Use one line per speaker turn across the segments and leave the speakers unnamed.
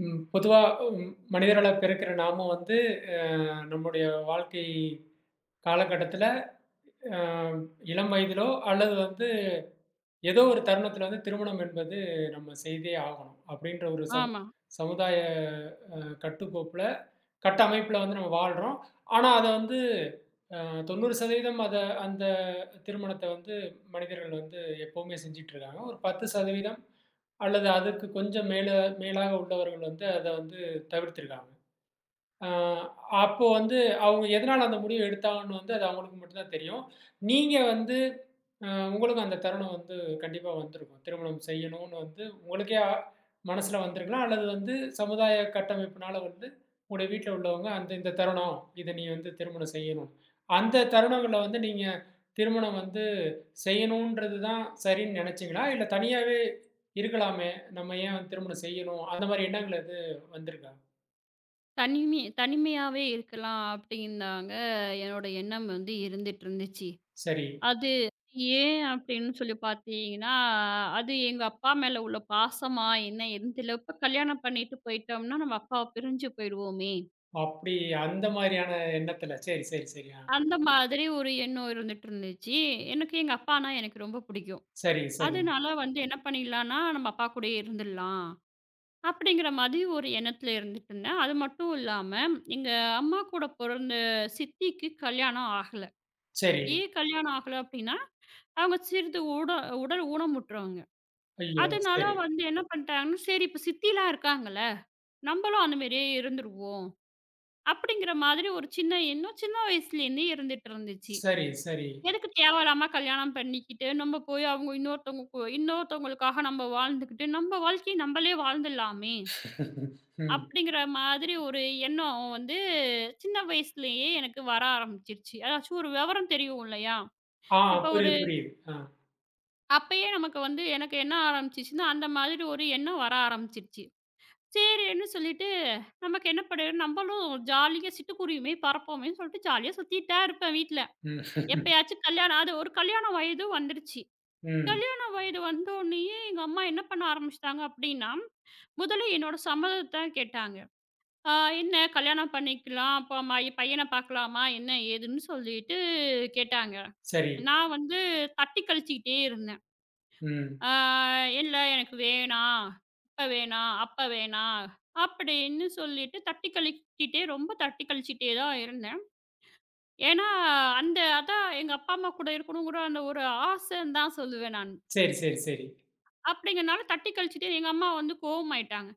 ம். பொதுவா மனிதர்களா பிறக்கிற நாம வந்து அ நம்முடைய வாழ்க்கை காலகட்டத்தில அ இளம் வயதிலோ அல்லது வந்து ஏதோ ஒரு தருணத்தில வந்து திருமணம் என்பது நம்ம செய்தே ஆகணும். அப்படின்ற ஒரு
ஆமா.
சமுதாய அ கட்டுக்கோப்புல, கட்டமைப்புல வந்து நம்ம வாழ்றோம். ஆனா அத வந்து அ 90% அத அந்த திருமணத்த வந்து மனிதர்கள் வந்து எப்பவுமே செஞ்சுட்டு இருக்காங்க. ஒரு 10% அல்லது அதுக்கு கொஞ்சம் மேல மேலாக உள்ளவர்கள் வந்து அத வந்து தவிர்த்திருக்காங்க. ஆ, அப்போ வந்து அவங்க எதனால அந்த முடிவு எடுத்தாங்கன்னு வந்து அது அவங்களுக்கு மட்டும் தான் தெரியும். நீங்க வந்து உங்களுக்கும் அந்த தருணம் வந்து கண்டிப்பா வந்திருக்கும். திருமணம் செய்யணும்னு வந்து உங்களுக்கே மனசுல வந்திருக்கலாம். அல்லது வந்து சமுதாய கட்டமைப்பினால வந்து உங்களுடைய வீட்ல உள்ளவங்க அந்த இந்த தருணம், இத நீ வந்து திருமணம் செய்யணும். அந்த தருணங்கள்ல வந்து நீங்க திருமணம் வந்து செய்யணுன்றது தான் சரின்னு நெனச்சீங்களா? இல்ல தனியாவே இருக்கலாமே! நம்ம ஏன் வந்து திருமணம் செய்யணும்? அந்த மாரி எண்ணங்கள் எது வந்திருக்கா?
தனிமை தனிமையாவே இருக்கலாம் அப்படின்னாங்க என்னோட எண்ணம் வந்து இருந்துட்டு இருந்துச்சு.
சரி.
அது ஏன் அப்படின்னு சொல்லி பார்த்தீங்கன்னா, அது எங்க அப்பா மேல உள்ள பாசமா என்ன ஏதுன்னு தெரியல. இப்ப கல்யாணம் பண்ணிட்டு போயிட்டோம்னா, நம்ம அப்பாவ பிரிஞ்சு போயிடுவோமே!
அப்படி அந்த மாரியான எண்ணத்துல. சரி, சரி, சரி. ஆ.
அந்த மாதிரி ஒரு எண்ணம் இருந்துட்டு இருந்துச்சு. எனக்கு எங்க அப்பான்னா எனக்கு ரொம்ப பிடிக்கும்.
சரி, சரி,
அதனால வந்து என்ன பண்ணிடலான்னா, நம்ம அப்பா கூடயே இருந்துடலாம். அப்படிங்கிற மாதிரி ஒரு எண்ணத்துல இருந்துட்டு இருந்தேன். அது மட்டும் இல்லாம, எங்க அம்மா கூட பொறந்த சித்திக்கு கல்யாணம் ஆகல.
சரி.
ஏன் கல்யாணம் ஆகல அப்படின்னா, அவங்க சிறிது உடல் ஊனமுற்றவங்க.
ஐயோ!
அதனால
சரி,
வந்து என்ன பண்ணிட்டாங்கன்னா, சரி இப்ப சித்திலாம் இருக்காங்கல்ல, நம்மளும் அந்த மாரியே இருந்துருவோம். அப்படிங்கிற மாதிரி ஒரு சின்ன எண்ணம் சின்ன வயசுலேருந்தே இருந்துட்டு இருந்துச்சு.
சரி, சரி.
எதுக்கு தேவையில்லாம கல்யாணம் பண்ணிக்கிட்டு, நம்ம போய் அவங்க இன்னொருத்தவங்க இன்னொருத்தவங்களுக்காக நம்ம வாழ்ந்துக்கிட்டு, நம்ம வாழ்க்கைய நம்மளே வாழ்ந்துடலாமே!
ம்.
அப்படிங்கிற மாதிரி ஒரு எண்ணம் வந்து சின்ன வயசுலயே எனக்கு வர ஆரம்பிச்சிருச்சு. அதாச்சும் ஒரு விவரம் தெரியும் இல்லையா?
ஆ,
இப்ப ஒரு
புரியுது, புரியுது. ஆ.
அப்பயே நமக்கு வந்து எனக்கு என்ன ஆரம்பிச்சுச்சுன்னா, அந்த மாதிரி ஒரு எண்ணம் வர ஆரம்பிச்சிருச்சு. சரின்னு சொல்லிட்டு நமக்கு என்ன பண்ணு நம்மளும் ஜாலியா சிட்டுக்குருவியுமே பறப்போமேன்னு சொல்லிட்டு ஜாலியா சுத்திட்டா இருப்பேன் வீட்ல.
ம்.
எப்பயாச்சும் கல்யாணம் அது ஒரு கல்யாண வயது வந்துருச்சு.
ம்.
கல்யாண வயது வந்தோனயே எங்க அம்மா என்ன பண்ண ஆரம்பிச்சுட்டாங்க அப்படின்னா, முதல்ல என்னோட சம்மதத்த கேட்டாங்க. ஆ என்ன கல்யாணம் பண்ணிக்கலாம், அப்ப பையன பார்க்கலாமா என்ன ஏதுன்னு சொல்லிட்டு கேட்டாங்க.
சரி.
நான் வந்து தட்டி கழிச்சுக்கிட்டே இருந்தேன்.
ம்.
ஆ இல்ல எனக்கு வேணாம், இப்ப வேணாம், அப்ப வேணாம் அப்படின்னு சொல்லிட்டு தட்டி கழிச்சிட்டே ரொம்ப தட்டி கழிச்சிட்டே தான் இருந்தேன். ஏன்னா, அந்த அதான் எங்க அப்பா, அம்மா கூட இருக்கணுங்கிற அந்த ஒரு ஆசைன்னு தான் சொல்லுவேன் நான்.
சரி, சரி, சரி.
அப்படிங்கிறனால தட்டி கழிச்சுட்டே எங்க அம்மா வந்து கோவமாயிட்டாங்க.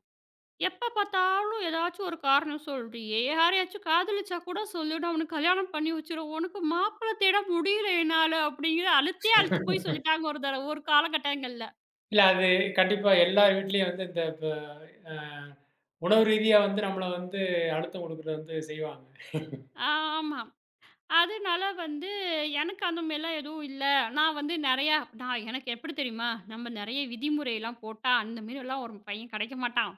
எப்ப பார்த்தாலும் ஏதாச்சும் ஒரு காரணம் சொல்றியே! யாரையாச்சும் காதலிச்சா கூட சொல்லு, நான் உனக்கு கல்யாணம் பண்ணி வச்சுருவேன். உனக்கு மாப்பிள தேட முடியல என்னால அப்டிங்கிற அழுத்தே அழுத்து போய் சொல்லிட்டாங்க ஒரு தடவ ஒரு காலகட்டங்கள்ல.
இல்ல அது கண்டிப்பா எல்லார் வீட்லயும் வந்து இந்த ப அ உணவு ரீதியா வந்து நம்மள வந்து அழுத்தம் குடுக்குறது வந்து செய்வாங்க.
ஆமா. அதனால வந்து எனக்கு அந்த மாரிலாம் எதுவும் இல்ல. நான் வந்து நெறையா நான் எனக்கு எப்டி தெரியுமா? நம்ம நெறைய விதிமுறைலாம் போட்டா, அந்த மாரிலாம் ஒரு பையன் கெடைக்க மாட்டான்.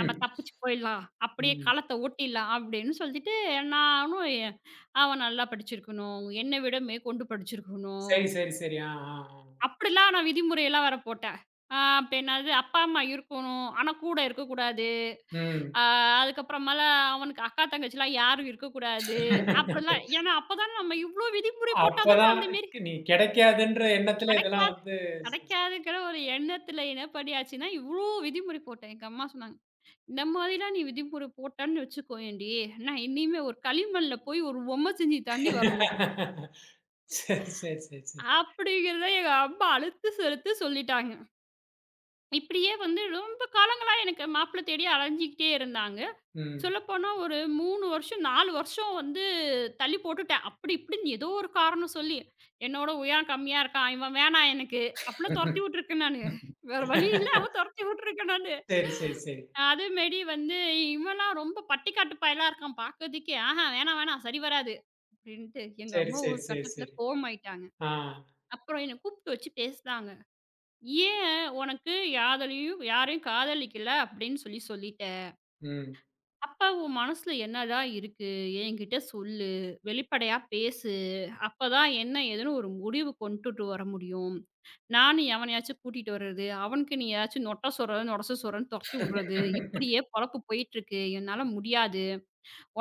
நம்ம தப்பிச்சு போயிடலாம். அப்டியே
ம்.
காலத்த ஓட்டிடலாம் அப்டின்னு சொல்லிட்டு, நானும் எ- அவன் நல்லா படிச்சிருக்கணும். என்ன விட மேற்கொண்டு படிச்சிருக்கணும்.
சரி, சரி, சரி. ஆ, ஆ, ஆ.
அப்படிலாம் நான் விதிமுறையெல்லாம் வேற போட்டேன். அப்ப என்னது அப்பா, அம்மா இருக்கணும். ஆனா கூட இருக்கக்கூடாது. ஆ
ம்.
அதுக்கப்புறமேல அவனுக்கு அக்கா, தங்கச்சிலாம் யாரும் இருக்கக்கூடாது. அப்படிலாம் ஏன்னா அப்பதான் நம்ம இவ்ளோ விதிமுறை போட்டா தானே
அப்பதான்
அந்த மாரி
நீ கிடைக்காதுன்ற எண்ணத்துல இதெல்லாம்
கிடைக்காது
வந்து
கிடைக்காதுங்கிற ஒரு எண்ணத்துல என்ன பண்ணியாச்சுன்னா, இவ்ளோ விதிமுறை போட்டேன். எங்க அம்மா சொன்னாங்க, "இந்த மாதிரிலாம் நீ விதிமுறை போட்டன்னு வச்சுக்கோயேன்டி, நான் இனிமே ஒரு களிமண்ல போய் ஒரு பொம்மை செஞ்சு தாண்டி வரணும்."
சரி, சரி, சரி, சரி.
அப்படிங்கிறத எங்க அம்மா அழுத்து, சிறுத்து சொல்லிட்டாங்க. இப்படியே வந்து ரொம்ப காலங்களா எனக்கு மாப்பிள்ளை தேடி அலைஞ்சுக்கிட்டே இருந்தாங்க.
ம்.
சொல்லப்போனா ஒரு 3 வருஷம், 4 வருஷம் வந்து தள்ளி போட்டுட்டேன். அப்படி இப்படின்னு ஏதோ ஒரு காரணம் சொல்லி, என்னோட உயரம் கம்மியா இருக்கான். இவன் வேணாம் எனக்கு. அப்படிலாம் தொரத்தி விட்டுருக்கேன் நானு. வேற வழி இல்ல அவன் தொரத்தி விட்டுருக்கேன் நானு.
சரி, சரி, சரி.
அதேமாரி வந்து இவன்லாம் ரொம்ப பட்டிக்காட்டு பயலா இருக்கான் பார்க்கறதுக்கே. ஆஹா வேணாம், வேணாம் சரி வராது. அப்படின்ட்டு எங்க
சரி,
அம்மா
சரி,
ஒரு
சரி,
கட்டத்துல
சரி.
கோவமாயிட்டாங்க.
ஆ.
அப்புறம் என்ன கூப்பிட்டு வச்சு பேசுனாங்க. ஏன் உனக்கு யாதலையும் யாரையும் காதலிக்கல அப்படின்னு சொல்லி சொல்லிட்ட.
ம்.
அப்ப உன் மனசுல என்னடா இருக்கு? என்கிட்ட சொல்லு. வெளிப்படையா பேசு. அப்பதான் என்ன ஏதுன்னு ஒரு முடிவு கொண்டுட்டு வர முடியும். நானு எவனையாச்சும் கூட்டிட்டு வர்றது, அவனுக்கு நீ ஏதாச்சும் நொட்ட சொருகல், நொடச சொருகல்ன்னு தொரத்தி விடுறது, இப்படியே பொழப்பு போயிட்டு இருக்கு. என்னால முடியாது.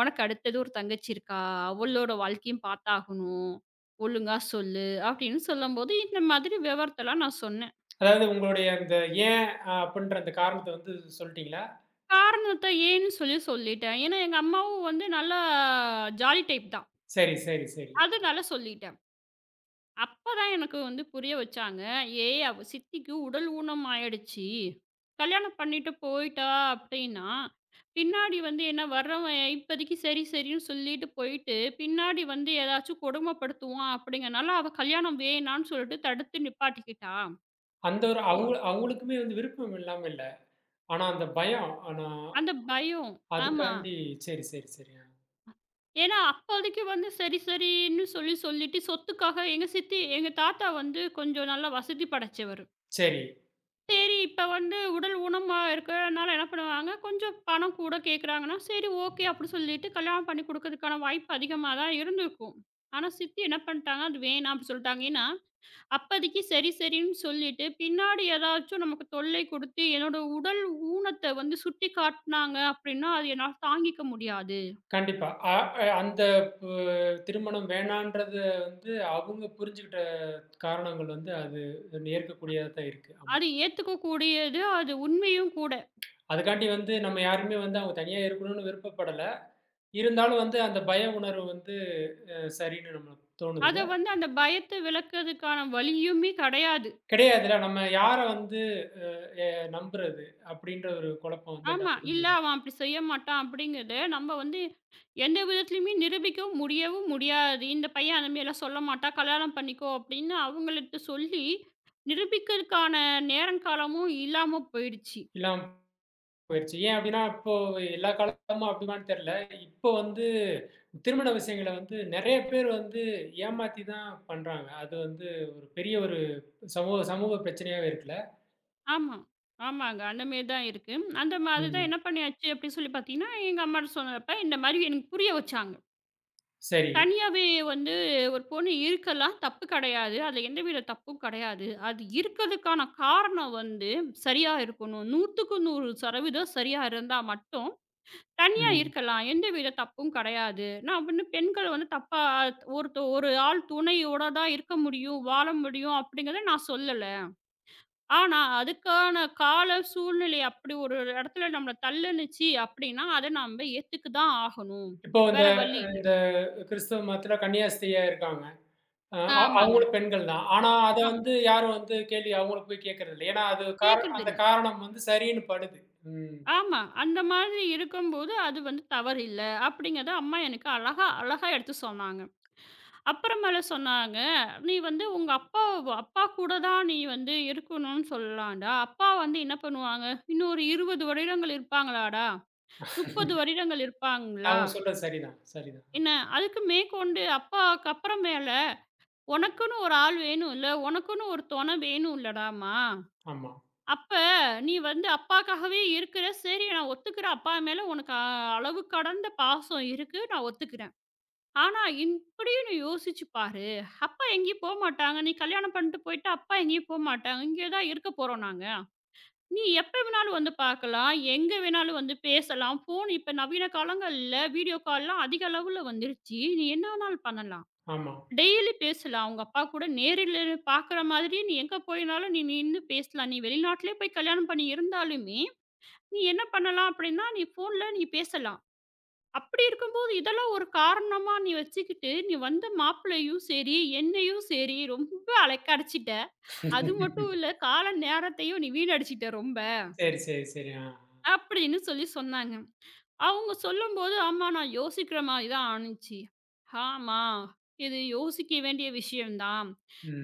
உனக்கு அடுத்தது ஒரு தங்கச்சி இருக்கா? அவளோட வாழ்க்கையும் பார்த்தாகணும். ஒழுங்கா சொல்லு அப்படின்னு சொல்லும்போது, இந்த மாதிரி விவரத்தெல்லாம் நான் சொன்னேன்.
அதாவது உங்களுடைய அந்த ஏன் அப்டின்ற அந்த காரணத்த வந்து சொல்ட்டீங்களா?
காரணத்த ஏன்னு சொல்லி சொல்லிட்டேன். ஏன்னா, எங்க அம்மாவும் வந்து நல்லா ஜாலி டைப் தான்.
சரி, சரி, சரி.
அதனால சொல்லிட்டேன். அப்பதான் எனக்கு வந்து புரிய வச்சாங்க. "ஏய்! அவ சித்திக்கு உடல் ஊனம் ஆயிடுச்சு. கல்யாணம் பண்ணிட்டு போயிட்டா அப்டின்னா, பின்னாடி வந்து என்ன வர்றவன் இப்போதைக்கு சரி, சரின்னு சொல்லிட்டு போயிட்டு, பின்னாடி வந்து ஏதாச்சும் கொடுமைப்படுத்துவான் அப்டிங்கனால, அவ கல்யாணம் வேணான்னு சொல்லிட்டு தடுத்து நிப்பாட்டிக்கிட்டா."
அந்த ஒரு
ஒ
அவுங்க அவுங்களுக்குமே வந்து விருப்பம் இல்லாம இல்ல. ஆனா அந்த பயம். ஆனா
அந்த பயம். ஆமா.
அதுக்காண்டி சரி, சரி, சரி. ஆ.
ஏன்னா, அப்போதைக்கு வந்து சரி, சரின்னு சொல்லி சொல்லிட்டு சொத்துக்காக எங்க சித்தி எங்க தாத்தா வந்து கொஞ்சம் நல்லா வசதி படைச்சவரு.
சரி.
சரி, இப்ப வந்து உடல் ஊனமா இருக்கிறனால என்ன பண்ணுவாங்க, கொஞ்சம் பணம் கூட கேட்குறாங்கன்னா, சரி ஓகே அப்படின்னு சொல்லிட்டு கல்யாணம் பண்ணி குடுக்கறதுக்கான வாய்ப்பு அதிகமா தான் இருந்திருக்கும். ஆனா, சித்தி என்ன பண்ணிட்டாங்க, அது வேணாம் அப்படி சொல்லிட்டாங்க. ஏன்னா, அப்போதைக்கு சரி, சரின்னு சொல்லிட்டு, பின்னாடி ஏதாச்சும் நமக்கு தொல்லை குடுத்து, என்னோட உடல் ஊனத்த வந்து சுட்டிக்காட்டுனாங்க அப்படின்னா, அது என்னால தாங்கிக்க முடியாது.
கண்டிப்பா. அ அ அந்த ப திருமணம் வேணான்றத வந்து அவுங்க புரிஞ்சுகிட்ட காரணங்கள் வந்து அது இருக்கக்கூடியதா தான் இருக்கு. ஆமா.
அது ஏத்துக்கக்கூடியது. அது உண்மையும் கூட.
அதுக்காண்டி வந்து நம்ம யாருமே வந்து அவங்க தனியா இருக்கணும்னு விருப்பப்படல. இருந்தாலும் வந்து அந்த பய உணர்வு வந்து சரின்னு நம்மளுக்கு
அத
தோணுதுல்ல.
வந்து அந்த பயத்த விலக்குறதுக்கான வழியுமே கிடையாது.
கிடையாதுல்ல. நம்ம யார வந்து அ எ நம்புறது அப்படின்ற ஒரு குழப்பம் வந்து
ஆமா.
எல்லாத்துக்குமே
இல்ல அவன் அப்படி செய்ய மாட்டான் அப்படிங்கிறத நம்ம வந்து எந்த விதத்துலயுமே நிரூபிக்கவும் முடியவும் முடியாது. இந்த பையன் அந்தமாரிலாம் சொல்ல மாட்டான். கல்யாணம் பண்ணிக்கோ அப்படின்னு அவங்கள்ட்ட சொல்லி நிரூபிக்கிறதுக்கான நேரம் காலமும் இல்லாம போயிடுச்சு.
இல்லாம போயிருச்சு. ஏன் அப்படின்னா, இப்போ எல்லா காலமும் அப்படிமான்னு தெரியல. இப்போ வந்து திருமண விஷயங்கள வந்து நெறைய பேர் வந்து ஏமாத்தி தான் பண்றாங்க. அது வந்து ஒரு பெரிய ஒரு சமூக சமூக பிரச்சனையாவே இருக்குல்ல.
ஆமா. ஆமாங்க. அந்தமாரி தான் இருக்கு. அந்த மாதிரி தான்
ம்.
என்ன பண்ணியாச்சு அப்படின்னு சொல்லி பார்த்தீங்கன்னா, எங்க அம்மாட்ட சொன்னப்ப இந்த மாதிரி எனக்கு புரிய வச்சாங்க.
சரி.
தனியாவே வந்து ஒரு பொண்ணு இருக்கலாம். தப்பு கிடையாது. அதுல எந்தவித தப்பும் கிடையாது. அது இருக்கிறதுக்கான காரணம் வந்து சரியா இருக்கணும். 100க்கு 100% சரியா இருந்தா மட்டும் தனியா
ம்.
இருக்கலாம். எந்தவித தப்பும் கிடையாது. நான் வந்து பெண்கள் வந்து தப்பா ஒரு ஆள் துணையோட தான் இருக்க முடியும், வாழ முடியும் அப்படிங்கிறத நான் சொல்லல. ஆனா அதுக்கான கால சூழ்நிலை அப்படி ஒரு இடத்துல நம்மள தள்ளுனுச்சு அப்படின்னா, அத நம்ம ஏத்துக்கு தான் ஆகணும்.
இப்போ இந்த
வேற வழி இல்ல.
இந்த கிறிஸ்தவ மதத்துல கன்னியாஸ்திரியா இருக்காங்க. அ அ
ஆமாங்க.
அவங்களும் பெண்கள் தான். ஆனா, அத
ஆமா.
வந்து யாரும் வந்து கேள்வி அவங்களுக்கு போய் கேட்கறது இல்ல. ஏன்னா, அது அந்த
கேட்கறதில்ல.
காரணம் வந்து சரின்னு படுது. ம்.
ஆமா. அந்த மாதிரி இருக்கும்போது, அது வந்து தவறில்ல. அப்படிங்கிறத அம்மா எனக்கு அழகா அழகா எடுத்து சொன்னாங்க. அப்புறமேல சொன்னாங்க, "நீ வந்து உங்க அப்பா அப்பா கூட தான் நீ வந்து இருக்கணும்னு சொல்லலாம்டா. அப்பா வந்து என்ன பண்ணுவாங்க? இன்னொரு 20 வருடங்கள் இருப்பாங்களாடா? 30 வருடங்கள் இருப்பாங்களா?
அவங்க சொல்றது சரிதான், சரிதான்.
என்ன அதுக்கு மேற்கொண்டு அப்பாவுக்கு அப்புறமேல உனக்குன்னு ஒரு ஆள் வேணும்ல? உனக்குன்னு ஒரு துணை வேணும் இல்லடாம்மா?
ஆமா,
அப்ப நீ வந்து அப்பாக்காகவே இருக்கிற. சரி நான் ஒத்துக்கிறேன். அப்பா மேல உனக்கு அளவு கடந்த பாசம் இருக்கு. நான் ஒத்துக்கிறேன். ஆனா இப்படியும் நீ யோசிச்சு பாரு. அப்பா எங்கேயும் போமாட்டாங்க. நீ கல்யாணம் பண்ணிட்டு போயிட்டா, அப்பா எங்கேயும் போமாட்டாங்க. இங்கே தான் இருக்க போறோம் நாங்க. நீ எப்ப வேணாலும் வந்து பார்க்கலாம். எங்க வேணாலும் வந்து பேசலாம். ஃபோன் இப்ப நவீன காலங்கள்ல வீடியோ கால்லாம் அதிக அளவுல வந்துருச்சு. நீ என்ன வேணாலும் பண்ணலாம்.
ஆமா.
டெய்லி பேசலாம். அவங்க அப்பா கூட நேரில பார்க்குற மாதிரி நீ எங்க போயினாலும் நீ நின்னு பேசலாம். நீ வெளிநாட்டிலே போய் கல்யாணம் பண்ணி இருந்தாலுமே, நீ என்ன பண்ணலாம் அப்படின்னா, நீ ஃபோன்ல நீ பேசலாம். அப்படி இருக்கும்போது, இதெல்லாம் ஒரு காரணமா நீ வச்சுக்கிட்டு, நீ வந்த மாப்பிள்ளையும் சரி, என்னையும் சரி ரொம்ப அலைக்கழிச்சிட்ட. அது மட்டும் இல்ல, கால நேரத்தையும் நீ வீணடிச்சிட்ட ரொம்ப.
சரி, சரி, சரி. ஆ.
அப்படின்னு சொல்லி சொன்னாங்க. அவங்க சொல்லும்போது, ஆமா நான் யோசிக்கிற மாரி தான் ஆணுச்சு. ஆமா, இது யோசிக்க வேண்டிய விஷயம் தான்.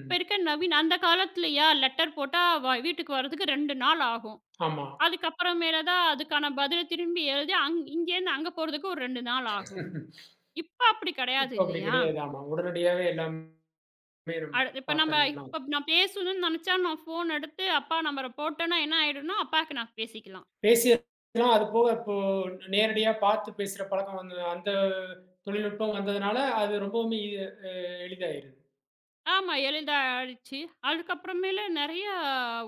இப்ப இருக்க நவீன் அந்த காலத்துலயா லெட்டர் போட்டா வீட்டுக்கு வரதுக்கு 2 நாள் ஆகும்.
ஆமா.
அதுக்கப்புறமேல தான் அதுக்கான பதில திரும்பி எழுதி இங்கேருந்து அங்க போறதுக்கு ஒரு 2 நாள் ஆகும். இப்ப அப்படி கிடையாது
இப்ப அப்படி
இல்லையா?
கிடையாது. ஆமா. உடனடியாவே எல்லாமே நம்ம
அ இப்ப நம்ம
பாத்துரலாம்.
இப்ப நான் பேசணும்னு நினைச்சா நான் ஃபோன் எடுத்து அப்பா நம்பர போட்டேன்னா என்ன ஆயிடும்னா, அப்பாக்கு நான் பேசிக்கலாம்.
பேசியெல்லாம் அது போக இப்போ நேரடியா பார்த்து பேசுற பழக்கம் வந்து அந்த தொழில்நுட்பம் வந்ததுனால, அது ரொம்பவுமே எ எளிதாயிடுது.
ஆமா. எளிதா ஆயிடுச்சு. அதுக்கப்புறமேலு நெறைய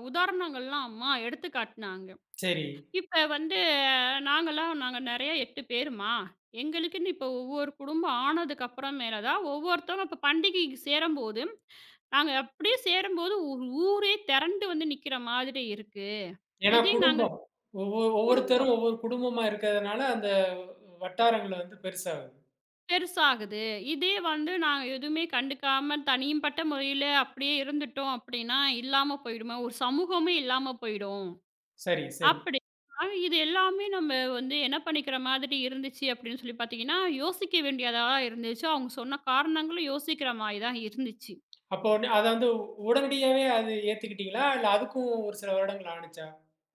உதாரணங்கள்லாம் அம்மா எடுத்து காட்டுனாங்க.
சரி.
இப்ப வந்து நாங்க நெறைய 8 பேருமா. எங்களுக்குன்னு இப்போ ஒவ்வொரு குடும்பம் ஆனதுக்கு அப்புறமேல தான் ஒவ்வொருத்தவங்க இப்ப பண்டிகைக்கு சேரும்போது, நாங்க அப்படியே சேரும்போது ஒரு ஊரே திரண்டு வந்து நிக்கிற மாதிரி இருக்கு.
ஏன்னா
இதே நாங்க
குடும்பம். ஒவ்வொருத்தரும்
குடும்பம்
ஒவ்வொரு குடும்பமா இருக்கிறதுனால, அந்த வட்டாரங்கள் வந்து பெருசாகுது.
பெருசாகுது. இதே வந்து நாங்க எதுவுமே கண்டுக்காம தனிப்பட்ட முறையில அப்படியே இருந்துட்டோம் அப்படின்னா, இல்லாம போயிடுமா, ஒரு சமூகமே இல்லாம போயிடும்.
சரி, சரி.
அப்படி. இது எல்லாமே நம்ம வந்து என்ன பண்ணிக்கிற மாதிரி இருந்துச்சு அப்படின்னு சொல்லி பார்த்தீங்கன்னா, யோசிக்க வேண்டியதா இருந்துச்சு. அவங்க சொன்ன காரணங்களும் யோசிக்கிற மாரி தான் இருந்துச்சு.
அப்போ வந்து அத வந்து உடனடியாவே அது ஏத்துக்கிட்டீங்களா? இல்ல அதுக்கும் ஒரு சில வருடங்கள் ஆனுச்சா?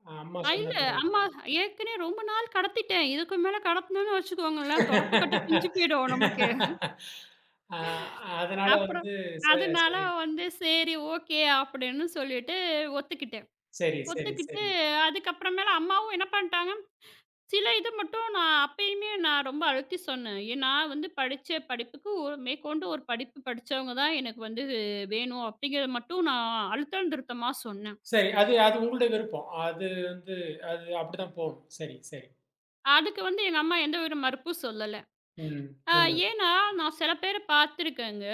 அம்மா சொன்ன
இல்ல
பிறகு.
அம்மா ஏற்கனவே ரொம்ப நாள் கடத்திட்டேன். இதுக்கு மேல கடத்தணும்னு வச்சுக்கோங்களேன், தொடப்பு கட்ட பிஞ்சு போயிடும் நமக்கு.
ஆ, அதனால
அப்புறம்
வந்து ச
அதனால
சரி.
வந்து சரி ஓகே அப்படின்னு சொல்லிட்டு ஒத்துக்கிட்டேன்.
சரி, சரி,
ஒத்துக்கிட்டு
சரி.
அதுக்கப்புறமேல அம்மாவும் என்ன பண்ட்டாங்க சில இது மட்டும் நான் அப்பயுமே நான் ரொம்ப அழுத்தி சொன்னேன். நான் வந்து படிச்ச படிப்புக்கு ஒரு மேற்கொண்டு ஒரு படிப்பு படிச்சவங்க தான் எனக்கு வந்து வேணும் அப்படிங்கிறத மட்டும் நான் அழுத்தம் திருத்தமா சொன்னேன்.
சரி. அது அது உங்களுடைய விருப்பம். அது வந்து அது அப்படிதான் போகும். சரி, சரி.
அதுக்கு வந்து எங்க அம்மா எந்த ஒரு மறுப்பும் சொல்லல.
ம்.
அ
நல்லது.
ஏன்னா நான் சில பேர பார்த்துருக்கேங்க.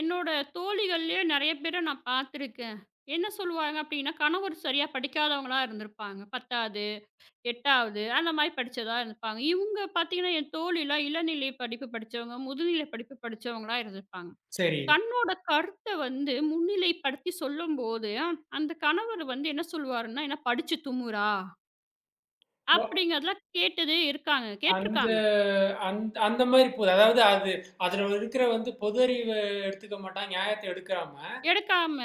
என்னோட தோழிகள்லயே நெறைய பேர நான் பார்த்துருக்கேன். என்ன சொல்லுவாங்க அப்படின்னா, கணவர் சரியா படிக்காதவங்களா இருந்திருப்பாங்க. 10வது, 8வது அந்த மாரி படிச்சதா இருந்திருப்பாங்க. இவங்க பார்த்தீங்கன்னா, என் தோழிலாம் இளநிலை படிப்பு படிச்சவங்க, முதுநிலை படிப்பு படிச்சவங்களா இருந்திருப்பாங்க.
சரி.
தன்னோட கருத்த வந்து முன்னிலைப்படுத்தி சொல்லும்போது, அந்த கணவர் வந்து என்ன சொல்லுவாருன்னா, "என்ன படிச்சு தும்முறா"
ஒ
அப்படிங்கிறதெல்லாம் கேட்டதே இருக்காங்க.
அந்த
கேட்டுருக்காங்க.
அந்த அந்த மாதிரி போது. அதாவது அது அதுல இருக்கிற வந்து பொது அறிவ எடுத்துக்க மாட்டான். நியாயத்த எடுக்காம
எடுக்காம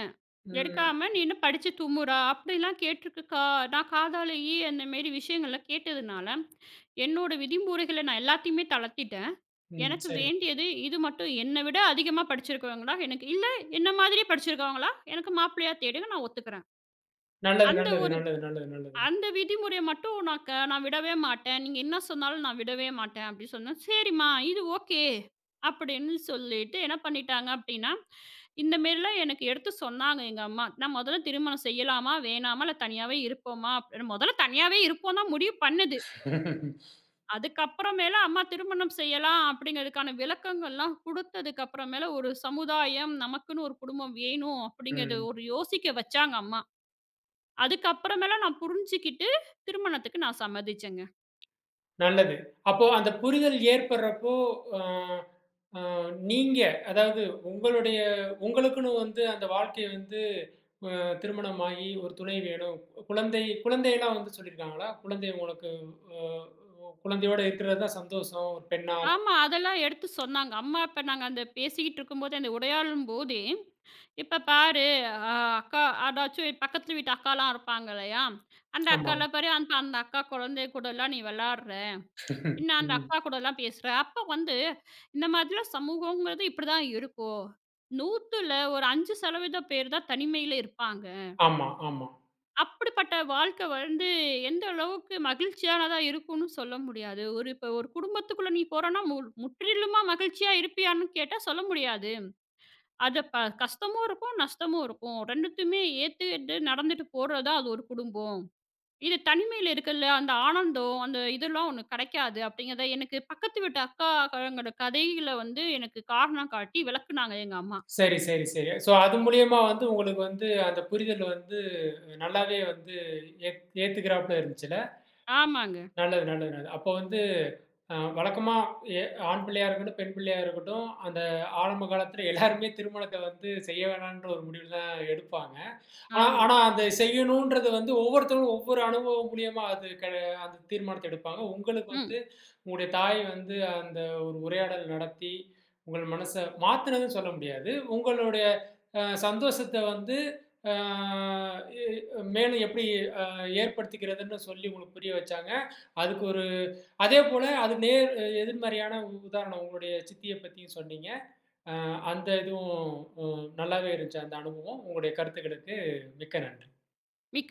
ம்,
எடுக்காம "நீ என்ன படிச்சு தும்முறா" அப்படிலாம் கேட்டுருக்குக்கா. நான் காதாலேயே அந்த மாரி விஷயங்கள்லாம் கேட்டதுனால, என்னோட விதிமுறைகள நான் எல்லாத்தையுமே தளர்த்திட்டேன்.
ம்.
எனக்கு
சரி.
வேண்டியது இது மட்டும் "என்ன விட அதிகமா படிச்சிருக்கிறவங்களா எனக்கு இல்ல என்ன மாதிரியே படிச்சிருக்கவங்களா, எனக்கு மாப்பிள்ளையா தேடுங்க" நான் ஒத்துக்கிறேன்.
நல்லது,
அந்த
நல்லது,
ஒரு
நல்லது, நல்லது, நல்லது.
அந்த விதிமுறைய மட்டும் நான் விடவே மாட்டேன். நீங்க என்ன சொன்னாலும் நான் விடவே மாட்டேன் அப்டி சொன்னேன். சரிம்மா இது ஓகே. அப்படின்னு சொல்லிட்டு என்ன பண்ணிட்டாங்க அப்டின்னா, இந்த மாரிலாம் எனக்கு எடுத்து சொன்னாங்க எங்க அம்மா. நான் முதல்ல திருமணம் செய்யலாமா? வேணாமா? இல்ல தனியாவே இருப்போமா? முதல்ல தனியாவே இருப்போம் தான் முடிவு பண்ணுது. அதுக்கப்புறமேல அம்மா திருமணம் செய்யலாம் அப்படிங்கிறதுக்கான விளக்கங்கள்லாம் குடுத்ததுக்கு அப்புறமேல ஒரு சமுதாயம், நமக்குன்னு ஒரு குடும்பம் வேணும் அப்படிங்கிறத
ம்.
ஒரு யோசிக்க வச்சாங்க அம்மா. அதுக்கப்புறமேல நான் புரிஞ்சுக்கிட்டு, திருமணத்துக்கு நான் சம்மதிச்சேங்க.
நல்லது. அப்போ அந்த புரிதல் ஏற்படுறப்போ, அ, அ நீங்க அதாவது உங்களுடைய உங்களுக்குன்னு வந்து அந்த வாழ்க்கை வந்து அ திருமணமாகி ஒரு துணை வேணும். குழந்தை குழந்தையெல்லாம் வந்து சொல்லியிருக்காங்களா? குழந்தை உங்களுக்கு அ குழந்தையோட இருக்கிறது தான் சந்தோஷம். ஒரு பெண்ணா
ஆமா. அதெல்லாம் எடுத்து சொன்னாங்க. அம்மா அப்ப நாங்க அந்த பேசிக்கிட்டு இருக்கும்போதே, அந்த உரையாடும் போதே, "இப்ப பாரு அ அக்கா" அதாச்சும் பக்கத்து வீட்டு அக்காலாம் இருப்பாங்க இல்லையா? அந்த
ஆமா.
அக்காலாம் பாரு அந்த அந்த அக்கா குழந்தை கூடலாம் நீ விளாடுற. இன்னும் அந்த
ம்.
அக்கா கூடலாம் பேசுற. அப்ப வந்து இந்த மாதிரிலாம் சமூகங்கிறது இப்படிதான் இருக்கும். 100ல ஒரு 5% பேர் தான் தனிமையில இருப்பாங்க.
ஆமா, ஆமா.
அப்படிப்பட்ட வாழ்க்கை வந்து எந்த அளவுக்கு மகிழ்ச்சியானதா இருக்கும்னு சொல்ல முடியாது. ஒரு இப்ப ஒரு குடும்பத்துக்குள்ள நீ போறன்னா, முற்றிலுமா மகிழ்ச்சியா இருப்பியான்னு கேட்டா சொல்ல முடியாது. அது கஷ்டமும் இருக்கும், நஷ்டமும் இருக்கும். 2த்தையுமே ஏத்துக்கிட்டு நடந்துட்டு போறது தான் அது ஒரு குடும்பம். இது தனிமையில இருக்குல்ல, அந்த ஆனந்தம், அந்த இதெல்லாம் ஒண்ணு கிடைக்காது அப்படிங்கிறத எனக்கு பக்கத்து வீட்டு அக்கா, அவங்களோட கதைகள வந்து எனக்கு காரணம் காட்டி விளக்குனாங்க எங்க அம்மா.
சரி, சரி, சரி. சோ அது மூலியமா வந்து உங்களுக்கு வந்து அந்த புரிதல் வந்து நல்லாவே வந்து ஏத்துக்கிறாப்புல இருந்துச்சுல்ல?
ஆமாங்க.
நல்லது, நல்லது, நல்லது. அப்போ வந்து வழக்கமா எ ஆண் பிள்ளையா இருக்கட்டும், பெண் பிள்ளையா இருக்கட்டும், அந்த ஆரம்ப காலத்துல எல்லாருமே திருமணத்த வந்து செய்ய வேணான்ற ஒரு முடிவுல தான் எடுப்பாங்க. ஆனா
ஆமா.
ஆனா அந்த செய்யணுன்றது வந்து ஒவ்வொருத்தவங்களும் ஒவ்வொரு அனுபவம் மூலியமா அது அந்த தீர்மானத்த எடுப்பாங்க. உங்களுக்கு
ம்.
வந்து உங்களுடைய தாய் வந்து அந்த ஒரு உரையாடல் நடத்தி, உங்கள் மனச மாத்துனதுன்னு சொல்ல முடியாது. உங்களுடைய அ சந்தோஷத்த வந்து அ இ மேலும் எப்படி அ ஏற்படுத்திக்கிறதுன்னு சொல்லி உங்களுக்கு புரிய வச்சாங்க. அதுக்கு ஒரு அதே போல அது நேர் எதிர்மறையான உதாரணம் உங்களுடைய சித்திய பத்தியும் சொன்னீங்க. அ அந்த இதுவும் நல்லாவே இருந்துச்சு அந்த அனுபவம். உங்களுடைய கருத்துக்களுக்கு மிக்க நன்றி.
மிக்க